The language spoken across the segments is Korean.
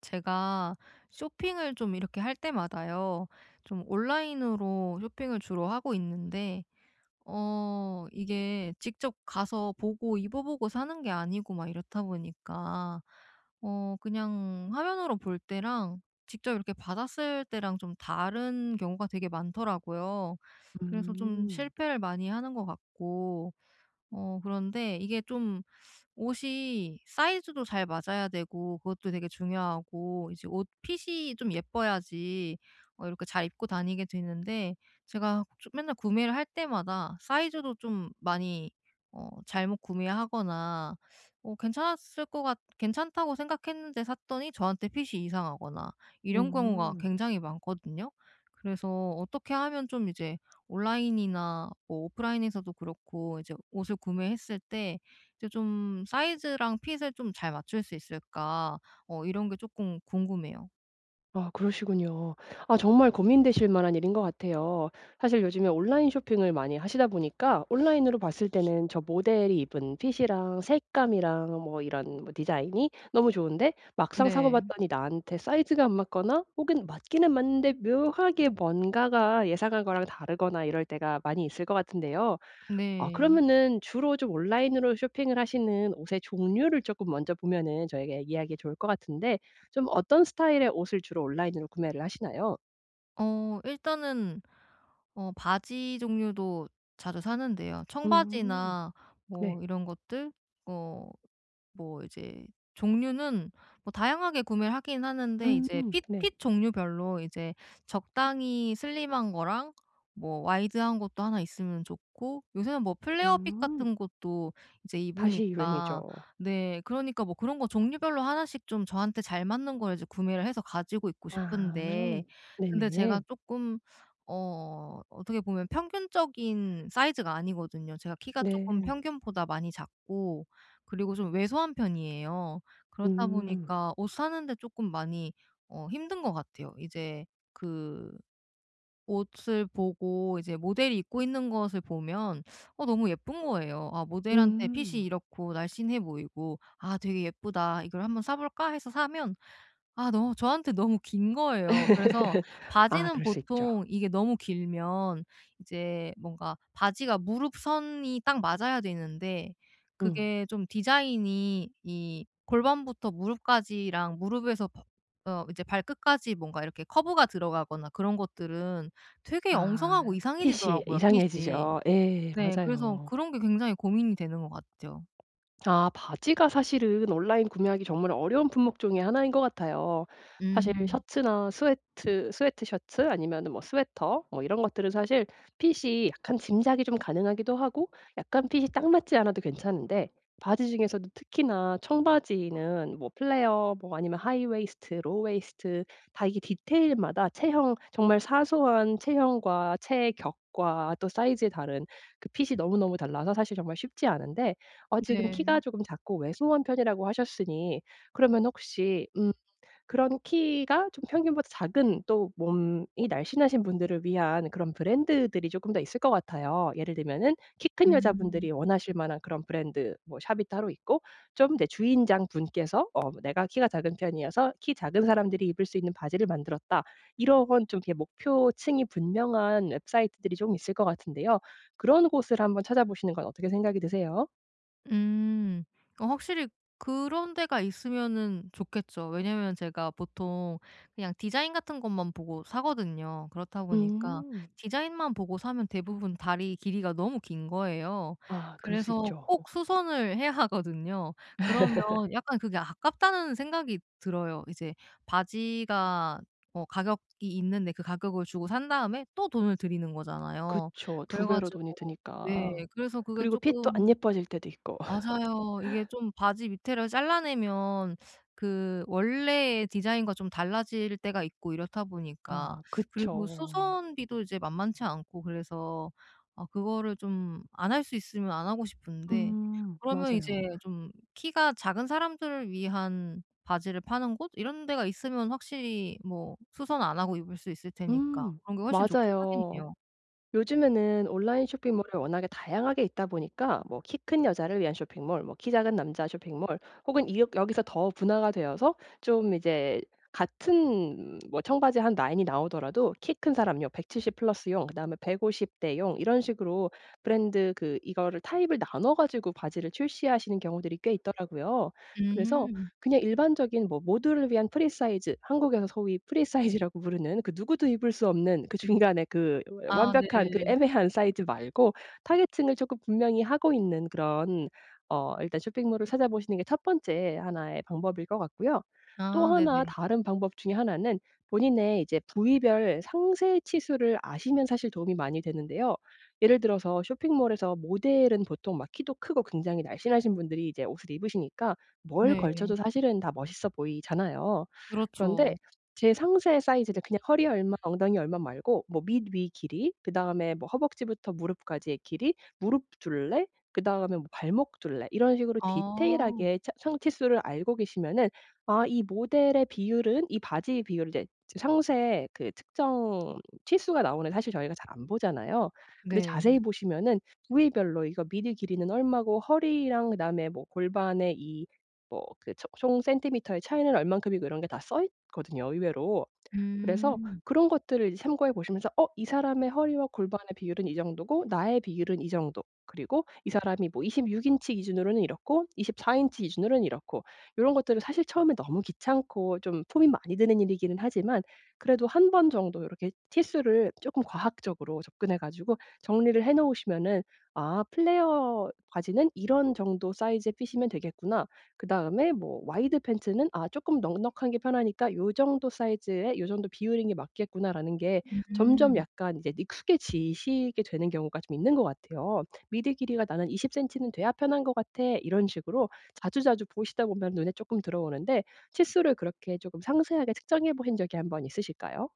제가 쇼핑을 좀 이렇게 할 때마다요. 좀 온라인으로 쇼핑을 주로 하고 있는데 이게 직접 가서 보고 입어보고 사는 게 아니고 막 이렇다 보니까 그냥 화면으로 볼 때랑 직접 이렇게 받았을 때랑 좀 다른 경우가 되게 많더라고요. 그래서 좀 음. 실패를 많이 하는 것 같고, 그런데 이게 좀 옷이 사이즈도 잘 맞아야 되고, 그것도 되게 중요하고, 이제 옷 핏이 좀 예뻐야지 이렇게 잘 입고 다니게 되는데, 제가 좀 맨날 구매를 할 때마다 사이즈도 좀 많이 잘못 구매하거나, 어 괜찮았을 것 같 괜찮다고 생각했는데 샀더니 저한테 핏이 이상하거나, 이런 경우가 음. 굉장히 많거든요. 그래서 어떻게 하면 좀 이제 온라인이나 뭐 오프라인에서도 그렇고, 이제 옷을 구매했을 때 이제 좀 '사이즈랑 핏을 좀 잘 맞출 수 있을까?' 이런 게 조금 궁금해요. 아, 그러시군요. 아, 정말 고민되실 만한 일인 것 같아요. 사실 요즘에 온라인 쇼핑을 많이 하시다 보니까 온라인으로 봤을 때는 저 모델이 입은 핏이랑 색감이랑 뭐 이런 뭐 디자인이 너무 좋은데, 막상 사고 네. 봤더니 나한테 사이즈가 안 맞거나 혹은 맞기는 맞는데 묘하게 뭔가가 예상한 거랑 다르거나 이럴 때가 많이 있을 것 같은데요. 아, 네. 그러면은 주로 좀 온라인으로 쇼핑을 하시는 옷의 종류를 쪼끔 먼저 보면은 저희가 야기하기 좋을 것 같은데, 좀 어떤 스타일의 옷을 주로 온라인으로 구매를 하시나요? 일단은 바지 종류도 자주 사는데요. 음. 청바지나 네. 뭐 이런 것들. 어 뭐 이제 종류는 뭐 다양하게 구매를 하긴 하는데, 음. 이제 핏 네. 핏 종류별로 이제 적당히 슬림한 거랑 뭐 와이드한 것도 하나 있으면 좋고, 요새는 뭐 플레어 핏 음. 같은 것도 이제 다시 입으니까. 유행이죠. 네, 그러니까 뭐 그런 거 종류별로 하나씩 좀 저한테 잘 맞는 걸 이제 구매를 해서 가지고 있고 아. 싶은데, 근데 제가 네네. 조금 어떻게 보면 평균적인 사이즈가 아니거든요. 제가 키가 조금 네. 평균보다 많이 작고, 그리고 좀 왜소한 편이에요. 그렇다 음. 보니까 옷 사는데 조금 많이 힘든 것 같아요. 이제 그 옷을 보고 이제 모델이 입고 있는 것을 보면 너무 예쁜 거예요. '아 모델한테 핏이 음. 이렇고 날씬해 보이고 아 되게 예쁘다. 이걸 한번 사 볼까?' 해서 사면 아 너 저한테 너무 긴 거예요. 그래서 아, 바지는 그럴 수 있죠. 보통 이게 너무 길면 이제 뭔가 바지가 무릎선이 딱 맞아야 되는데, 음. 그게 좀 디자인이 이 골반부터 무릎까지랑 무릎에서 이제 발끝까지 뭔가 이렇게 커브가 들어가거나 그런 것들은 되게 엉성하고 아, 핏이 이상해지더라고요, 핏이. 이상해지죠. 예, 네. 그래서 맞아요. 그런 게 굉장히 고민이 되는 것 같아요. 아, 바지가 사실은 온라인 구매하기 정말 어려운 품목 중에 하나인 것 같아요. 사실 음. 셔츠나 스웨트 셔츠 아니면은 뭐 스웨터 뭐 이런 것들은 사실 핏이 약간 짐작이 좀 가능하기도 하고 약간 핏이 딱 맞지 않아도 괜찮은데, 바지 중에서도 특히나 청바지는 뭐 플레어 뭐 아니면 하이 웨이스트, 로우 웨이스트, 다 이게 디테일마다 체형 정말 사소한 체형과 체격과 또 사이즈에 다른 그 핏이 너무너무 달라서 사실 정말 쉽지 않은데, 어 지금 키가 네. 조금 작고 왜소한 편이라고 하셨으니 그러면 혹시 그런 키가 좀 평균보다 작은 또 몸이 날씬하신 분들을 위한 그런 브랜드들이 조금 더 있을 것 같아요. 예를 들면은 키 큰 음. 여자분들이 원하실 만한 그런 브랜드 뭐 샵이 따로 있고 좀 내 주인장 분께서 어 "내가 키가 작은 편이어서 키 작은 사람들이 입을 수 있는 바지를 만들었다." 이런 좀 이렇게 목표층이 분명한 웹사이트들이 좀 있을 것 같은데요. 그런 곳을 한번 찾아보시는 건 어떻게 생각이 드세요? 음. 확실히 그런 데가 있으면은 좋겠죠. 왜냐면 제가 보통 그냥 디자인 같은 것만 보고 사거든요. 그렇다 보니까 음. 디자인만 보고 사면 대부분 다리 길이가 너무 긴 거예요. 아, 그럴 수 그래서 있죠. 어, 꼭 수선을 해야 하거든요. 그러면 약간 그게 아깝다는 생각이 들어요. 이제 바지가 가격이 있는데, 그 가격을 주고 산 다음에 또 돈을 들이는 거잖아요. 그쵸. 두 그래 배로 가지고. 돈이 네. 드니까. 그래서 그게 그리고 핏도 안 조금. 예뻐질 때도 있고. 맞아요. 이게 좀 바지 밑에를 잘라내면 그 원래의 디자인과 좀 달라질 때가 있고 이렇다 보니까. 아, 그리고 그쵸. 수선비도 이제 만만치 않고, 그래서 아 그거를 좀 안 할 수 있으면 안 하고 싶은데. 음, 그러면 이제 맞아요. 좀 키가 작은 사람들을 위한 바지를 파는 곳 이런 데가 있으면 확실히 뭐 수선 안 하고 입을 수 있을 테니까 음, 그런 게 훨씬 좋긴 맞아요. 하겠네요. 요즘에는 온라인 쇼핑몰이 워낙에 다양하게 있다 보니까 뭐 키 큰 여자를 위한 쇼핑몰, 뭐 키 작은 남자 쇼핑몰 혹은 이 여기서 더 분화가 되어서 좀 이제 같은 뭐 청바지 한 라인이 나오더라도 키 큰 사람용, 170 플러스용, 그다음에 150 대용 이런 식으로 브랜드 그 이거를 타입을 나눠 가지고 바지를 출시하시는 경우들이 꽤 있더라고요. 그래서 음. 그냥 일반적인 뭐 모두를 위한 프리 사이즈, 한국에서 소위 프리 사이즈라고 부르는 그 누구도 입을 수 없는 그 중간에 그 아 네. 완벽한 그 애매한 사이즈 말고 타겟층을 조금 분명히 하고 있는 그런, 어 일단 쇼핑몰을 찾아보시는 게 첫 번째 하나의 방법일 것 같고요. 또 아 하나 네네. 다른 방법 중에 하나는 본인의 이제 부위별 상세 치수를 아시면 사실 도움이 많이 되는데요. 예를 들어서 쇼핑몰에서 모델은 보통 막 키도 크고 굉장히 날씬하신 분들이 이제 옷을 입으시니까 뭘 네. 걸쳐도 사실은 다 멋있어 보이잖아요. 그런데 그렇죠. 제 상세 사이즈를 그냥 허리 얼마, 엉덩이 얼마 말고 뭐 밑, 위 길이, 그다음에 뭐 허벅지부터 무릎까지의 길이, 무릎 둘레, 그다음에 뭐 발목 둘레 이런 식으로 어. 디테일하게 차 상치수를 알고 계시면은 아 이 모델의 비율은 이 바지의 비율 이제 제 상세 그 특정 치수가 나오는데, 사실 저희가 잘 안 보잖아요. 근데 자세히 네. 보시면은 부위별로 이거 미디 길이는 얼마고 허리랑 그다음에 뭐 골반의 이 뭐 그 총 센티미터의 차이는 얼만큼이고 이런 게다써 거든요, 의외로. 그래서 음. 그런 것들을 이제 참고해 보시면서 '어 이 사람의 허리와 골반의 비율은 이 정도고 나의 비율은 이 정도. 그리고 이 사람이 뭐 26 인치 기준으로는 이렇고 24 인치 기준으로는 이렇고.' 이런 것들을 사실 처음에 너무 귀찮고 좀 품이 많이 드는 일이기는 하지만 그래도 한 번 정도 이렇게 티수를 조금 과학적으로 접근해 가지고 정리를 해 놓으시면은 '아 플레어 바지는 이런 정도 사이즈에 피시면 되겠구나.' 그다음에 뭐 와이드 팬츠는 '아 조금 넉넉한 게 편하니까 요 정도 사이즈에 요 정도 비율인 게 맞겠구나.'라는 게 점점 음. 약간 이제 익숙해지시게 되는 경우가 좀 있는 것 같아요. '미드 길이가 나는 20 센티는 돼야 편한 것 같아.' 이런 식으로 자주자주 보시다 보면 눈에 조금 들어오는데, 치수를 그렇게 조금 상세하게 측정해 보신 적이 한번 있으실까요?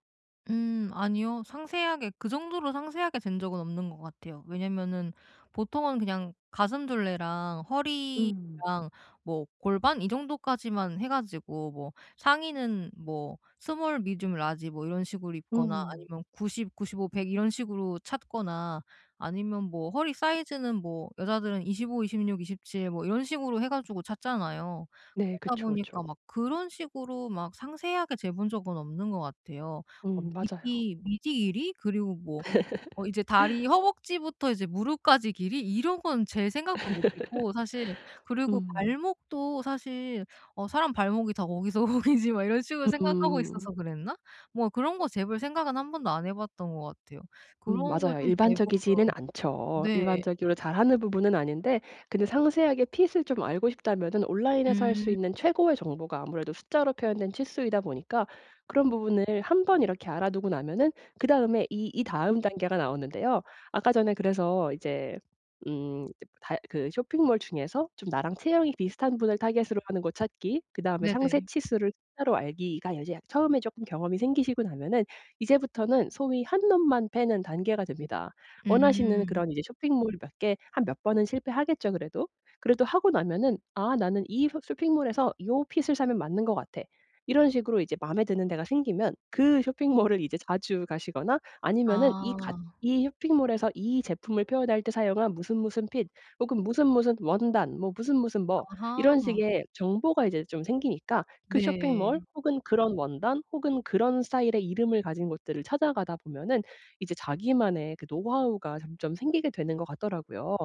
음, 아니요. 상세하게 그 정도로 상세하게 된 적은 없는 것 같아요. 왜냐면은 보통은 그냥 가슴둘레랑 음. 허리랑 뭐 골반 이 정도까지만 해 가지고, 뭐 상의는 뭐 스몰, 미디움, 라지 뭐 이런 식으로 입거나, 음. 아니면 90, 95, 100 이런 식으로 찾거나, 아니면 뭐 허리 사이즈는 뭐 여자들은 25, 26, 27 뭐 이런 식으로 해 가지고 찾잖아요. 네. 그러다 그쵸, 그쵸. 보니까 막 그런 식으로 막 상세하게 재본 적은 없는 것 같아요. 음, 맞아요. 미디 길이 그리고 뭐 이제 다리 허벅지부터 이제 무릎까지 길이 이런 건 제 생각도 못 했고 사실. 그리고 음. 발목도 사실 '어 사람 발목이 다 거기서 거기지.' 막 이런 식으로 생각하고 음. 있어서 그랬나? 뭐 그런 거 재볼 생각은 한 번도 안 해 봤던 것 같아요. 음, 그런 걸 맞아요. 좀 재보. 일반적이지는 않죠. 네. 일반적으로 잘하는 부분은 아닌데, 근데 상세하게 핏을 좀 알고 싶다면은 온라인에서 할 수 음 있는 최고의 정보가 아무래도 숫자로 표현된 치수이다 보니까 그런 부분을 한 번 이렇게 알아두고 나면은 그다음에 이 다음 단계가 나오는데요. 아까 전에 그래서 이제 이제 다 그 쇼핑몰 중에서 좀 나랑 체형이 비슷한 분을 타깃으로 하는 거 찾기, 그다음에 상세 네네. 치수를 숫자로 알기가 이제 처음에 쪼끔 경험이 생기시고 나면은 이제부터는 소위 한 놈만 패는 단계가 됩니다. 원하시는 음. 그런 이제 쇼핑몰 몇 개 한 몇 번은 실패하겠죠, 그래도. 그래도 하고 나면은 '아 나는 이 쇼 쇼핑몰에서 요 핏을 사면 맞는 것 같아.' 이런 식으로 이제 마음에 드는 데가 생기면 그 쇼핑몰을 이제 자주 가시거나 아니면은 이 같 아. 이 쇼핑몰에서 이 제품을 표현할 때 사용한 무슨 무슨 핏 혹은 무슨 무슨 원단 뭐 무슨 무슨 뭐 이런 아하. 식의 정보가 이제 좀 생기니까 그 네. 쇼핑몰 혹은 그런 원단 혹은 그런 스타일의 이름을 가진 곳들을 찾아가다 보면은 이제 자기만의 그 노하우가 점점 생기게 되는 것 같더라고요.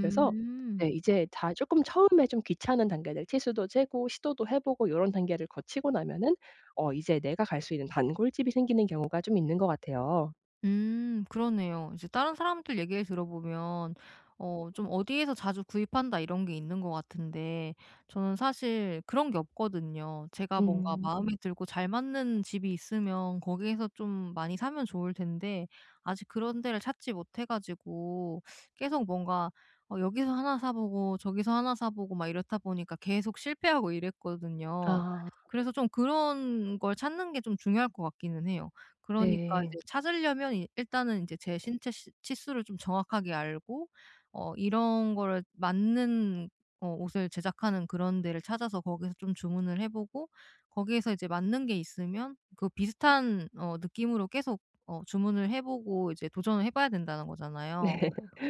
그래서 네 이제 다 쪼끔 처음에 좀 귀찮은 단계들 치수도 재고 시도도 해 보고 요런 단계를 거치고 나면은 어 이제 내가 갈 수 있는 단골집이 생기는 경우가 좀 있는 것 같아요. 음, 그러네요. 이제 다른 사람들 얘기를 들어보면 좀 "어디에서 자주 구입한다." 이런 게 있는 것 같은데, 저는 사실 그런 게 없거든요. 제가 뭔가 음. 마음에 들고 잘 맞는 집이 있으면 거기에서 좀 많이 사면 좋을 텐데, 아직 그런 데를 찾지 못해 가지고 계속 뭔가 여기서 하나 사 보고 저기서 하나 사 보고 막 이렇다 보니까 계속 실패하고 이랬거든요. 아, 그래서 좀 그런 걸 찾는 게 좀 중요할 것 같기는 해요. 그러니까 네. 이제 찾으려면 이 일단은 이제 제 신체 시 치수를 좀 정확하게 알고 이런 거를 맞는 옷을 제작하는 그런 데를 찾아서 거기서 좀 주문을 해 보고, 거기에서 이제 맞는 게 있으면 그 비슷한 느낌으로 계속 주문을 해 보고 이제 도전을 해 봐야 된다는 거잖아요.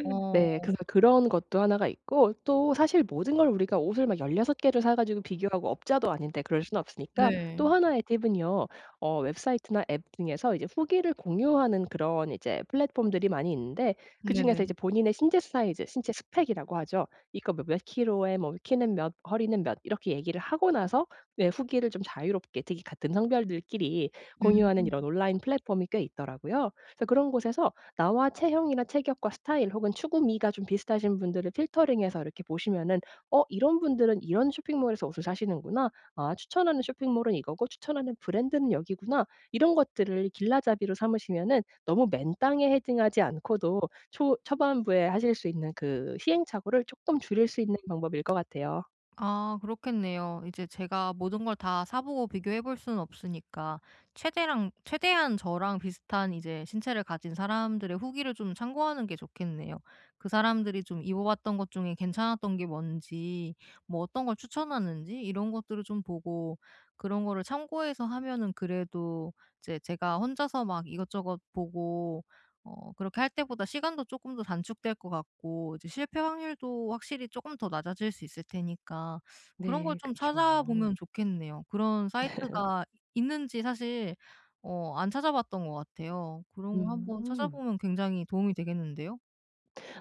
어. 네. 그래서 그런 것도 하나가 있고, 또 사실 모든 걸 우리가 옷을 막 16 개를 사 가지고 비교하고 업자도 아닌데 그럴 수는 없으니까 네. 또 하나의 팁은요, 어 웹사이트나 앱 등에서 이제 후기를 공유하는 그런 이제 플랫폼들이 많이 있는데, 그중에서 이제 네네. 본인의 신체 사이즈, 신체 스펙이라고 하죠. 이거 뭐 몇 킬로에 뭐 키는 몇, 허리는 몇 이렇게 얘기를 하고 나서 네 후기를 좀 자유롭게, 특히 같은 성별들끼리 음. 공유하는 이런 온라인 플랫폼이 꽤 있더라고요. 그래서 그런 곳에서 나와 체형이나 체격과 스타일 혹은 추구미가 좀 비슷하신 분들을 필터링해서 이렇게 보시면은 '어 이런 분들은 이런 쇼핑몰에서 옷을 사시는구나. 아 추천하는 쇼핑몰은 이거고 추천하는 브랜드는 여기구나.' 이런 것들을 길라잡이로 삼으시면은 너무 맨땅에 헤딩하지 않고도 초 초반부에 하실 수 있는 그 시행착오를 조금 줄일 수 있는 방법일 것 같아요. 아 그렇겠네요. 이제 제가 모든 걸 다 사 보고 비교해 볼 수는 없으니까 최대랑 최대한 저랑 비슷한 이제 신체를 가진 사람들의 후기를 좀 참고하는 게 좋겠네요. 그 사람들이 좀 입어 봤던 것 중에 괜찮았던 게 뭔지, 뭐 어떤 걸 추천하는지 이런 것들을 좀 보고, 그런 거를 참고해서 하면은 그래도 이제 제가 혼자서 막 이것저것 보고 그렇게 할 때보다 시간도 조금 더 단축될 것 같고, 이제 실패 확률도 확실히 조금 더 낮아질 수 있을 테니까 그런 걸 네. 좀 그쵸. 찾아보면 좋겠네요. 그런 사이트가 있는지 사실 안 찾아봤던 것 같아요. 그런 거 한번 음. 찾아보면 굉장히 도움이 되겠는데요.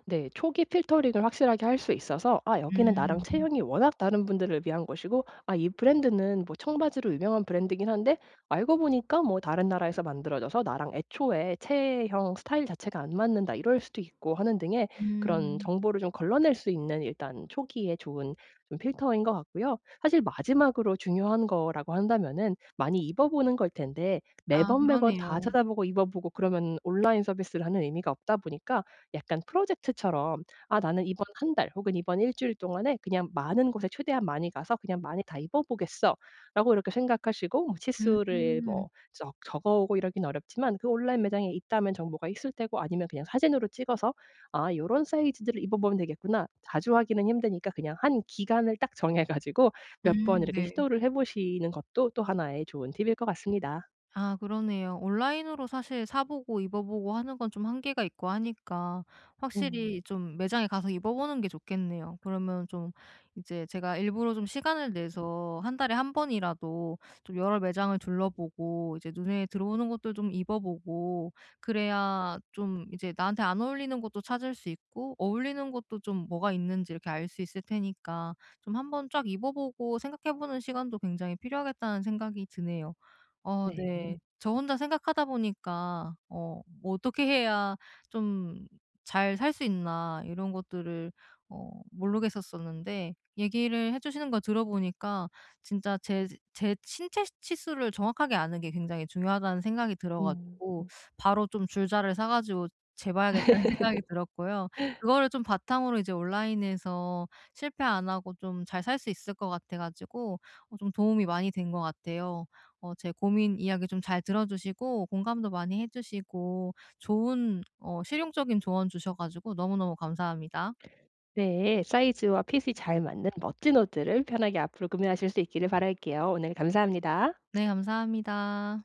네. 초기 필터링을 확실하게 할 수 있어서 '아 여기는 나랑 음. 체형이 워낙 다른 분들을 위한 곳이고 아 이 브랜드는 뭐 청바지로 유명한 브랜드긴 한데 알고 보니까 뭐 다른 나라에서 만들어져서 나랑 애초에 체형 스타일 자체가 안 맞는다.' 이럴 수도 있고 하는 등의 그런 음. 정보를 좀 걸러낼 수 있는 일단 초기에 좋은 좀 필터인 것 같고요. 사실 마지막으로 중요한 거라고 한다면은 많이 입어 보는 걸 텐데, 아 매번 매번 다 그러네요. 찾아보고 입어 보고 그러면 온라인 서비스를 하는 의미가 없다 보니까 약간 프로젝트처럼 '아 나는 이번 한 달 혹은 이번 일 주일 동안에 그냥 많은 곳에 최대한 많이 가서 그냥 많이 다 입어 보겠어.'라고 이렇게 생각하시고 뭐 치수를 음. 뭐 적 적어 오고 이러긴 어렵지만 그 온라인 매장에 있다면 정보가 있을 테고 아니면 그냥 사진으로 찍어서 '아 요런 사이즈들을 입어 보면 되겠구나.' 자주 하기는 힘드니까 그냥 한 기간을 딱 정해 가지고 몇 번 이렇게 네. 시도를 해 보시는 것도 또 하나의 좋은 팁일 것 같습니다. 아 그러네요. 온라인으로 사실 사 보고 입어 보고 하는 건 좀 한계가 있고 하니까 음. 확실히 좀 매장에 가서 입어 보는 게 좋겠네요. 그러면 좀 이제 제가 일부러 좀 시간을 내서 한 달에 한 번이라도 좀 여러 매장을 둘러보고 이제 눈에 들어오는 것들 좀 입어 보고, 그래야 좀 이제 나한테 안 어울리는 것도 찾을 수 있고 어울리는 것도 좀 뭐가 있는지 이렇게 알 수 있을 테니까, 좀 한번 쫙 입어 보고 생각해 보는 시간도 굉장히 필요하겠다는 생각이 드네요. 네. 네. 저 혼자 생각하다 보니까 뭐 '어떻게 해야 좀 잘 살 수 있나.' 이런 것들을 모르겠었었는데, 얘기를 해 주시는 거 들어보니까 진짜 제 신체 치수를 정확하게 아는 게 굉장히 중요하다는 생각이 들어 음. 가지고 바로 좀 줄자를 사 가지고 재봐야겠다는 생각이 들었고요. 그거를 좀 바탕으로 이제 온라인에서 실패 안 하고 좀 잘 살 수 있을 것 같아 가지고 좀 도움이 많이 된 것 같아요. 제 고민 이야기 좀 잘 들어 주시고 공감도 많이 해 주시고 좋은 실용적인 조언 주셔 가지고 너무너무 감사합니다. 네, 사이즈와 핏이 잘 맞는 멋진 옷들을 편하게 앞으로 구매하실 수 있기를 바랄게요. 오늘 감사합니다. 네 감사합니다.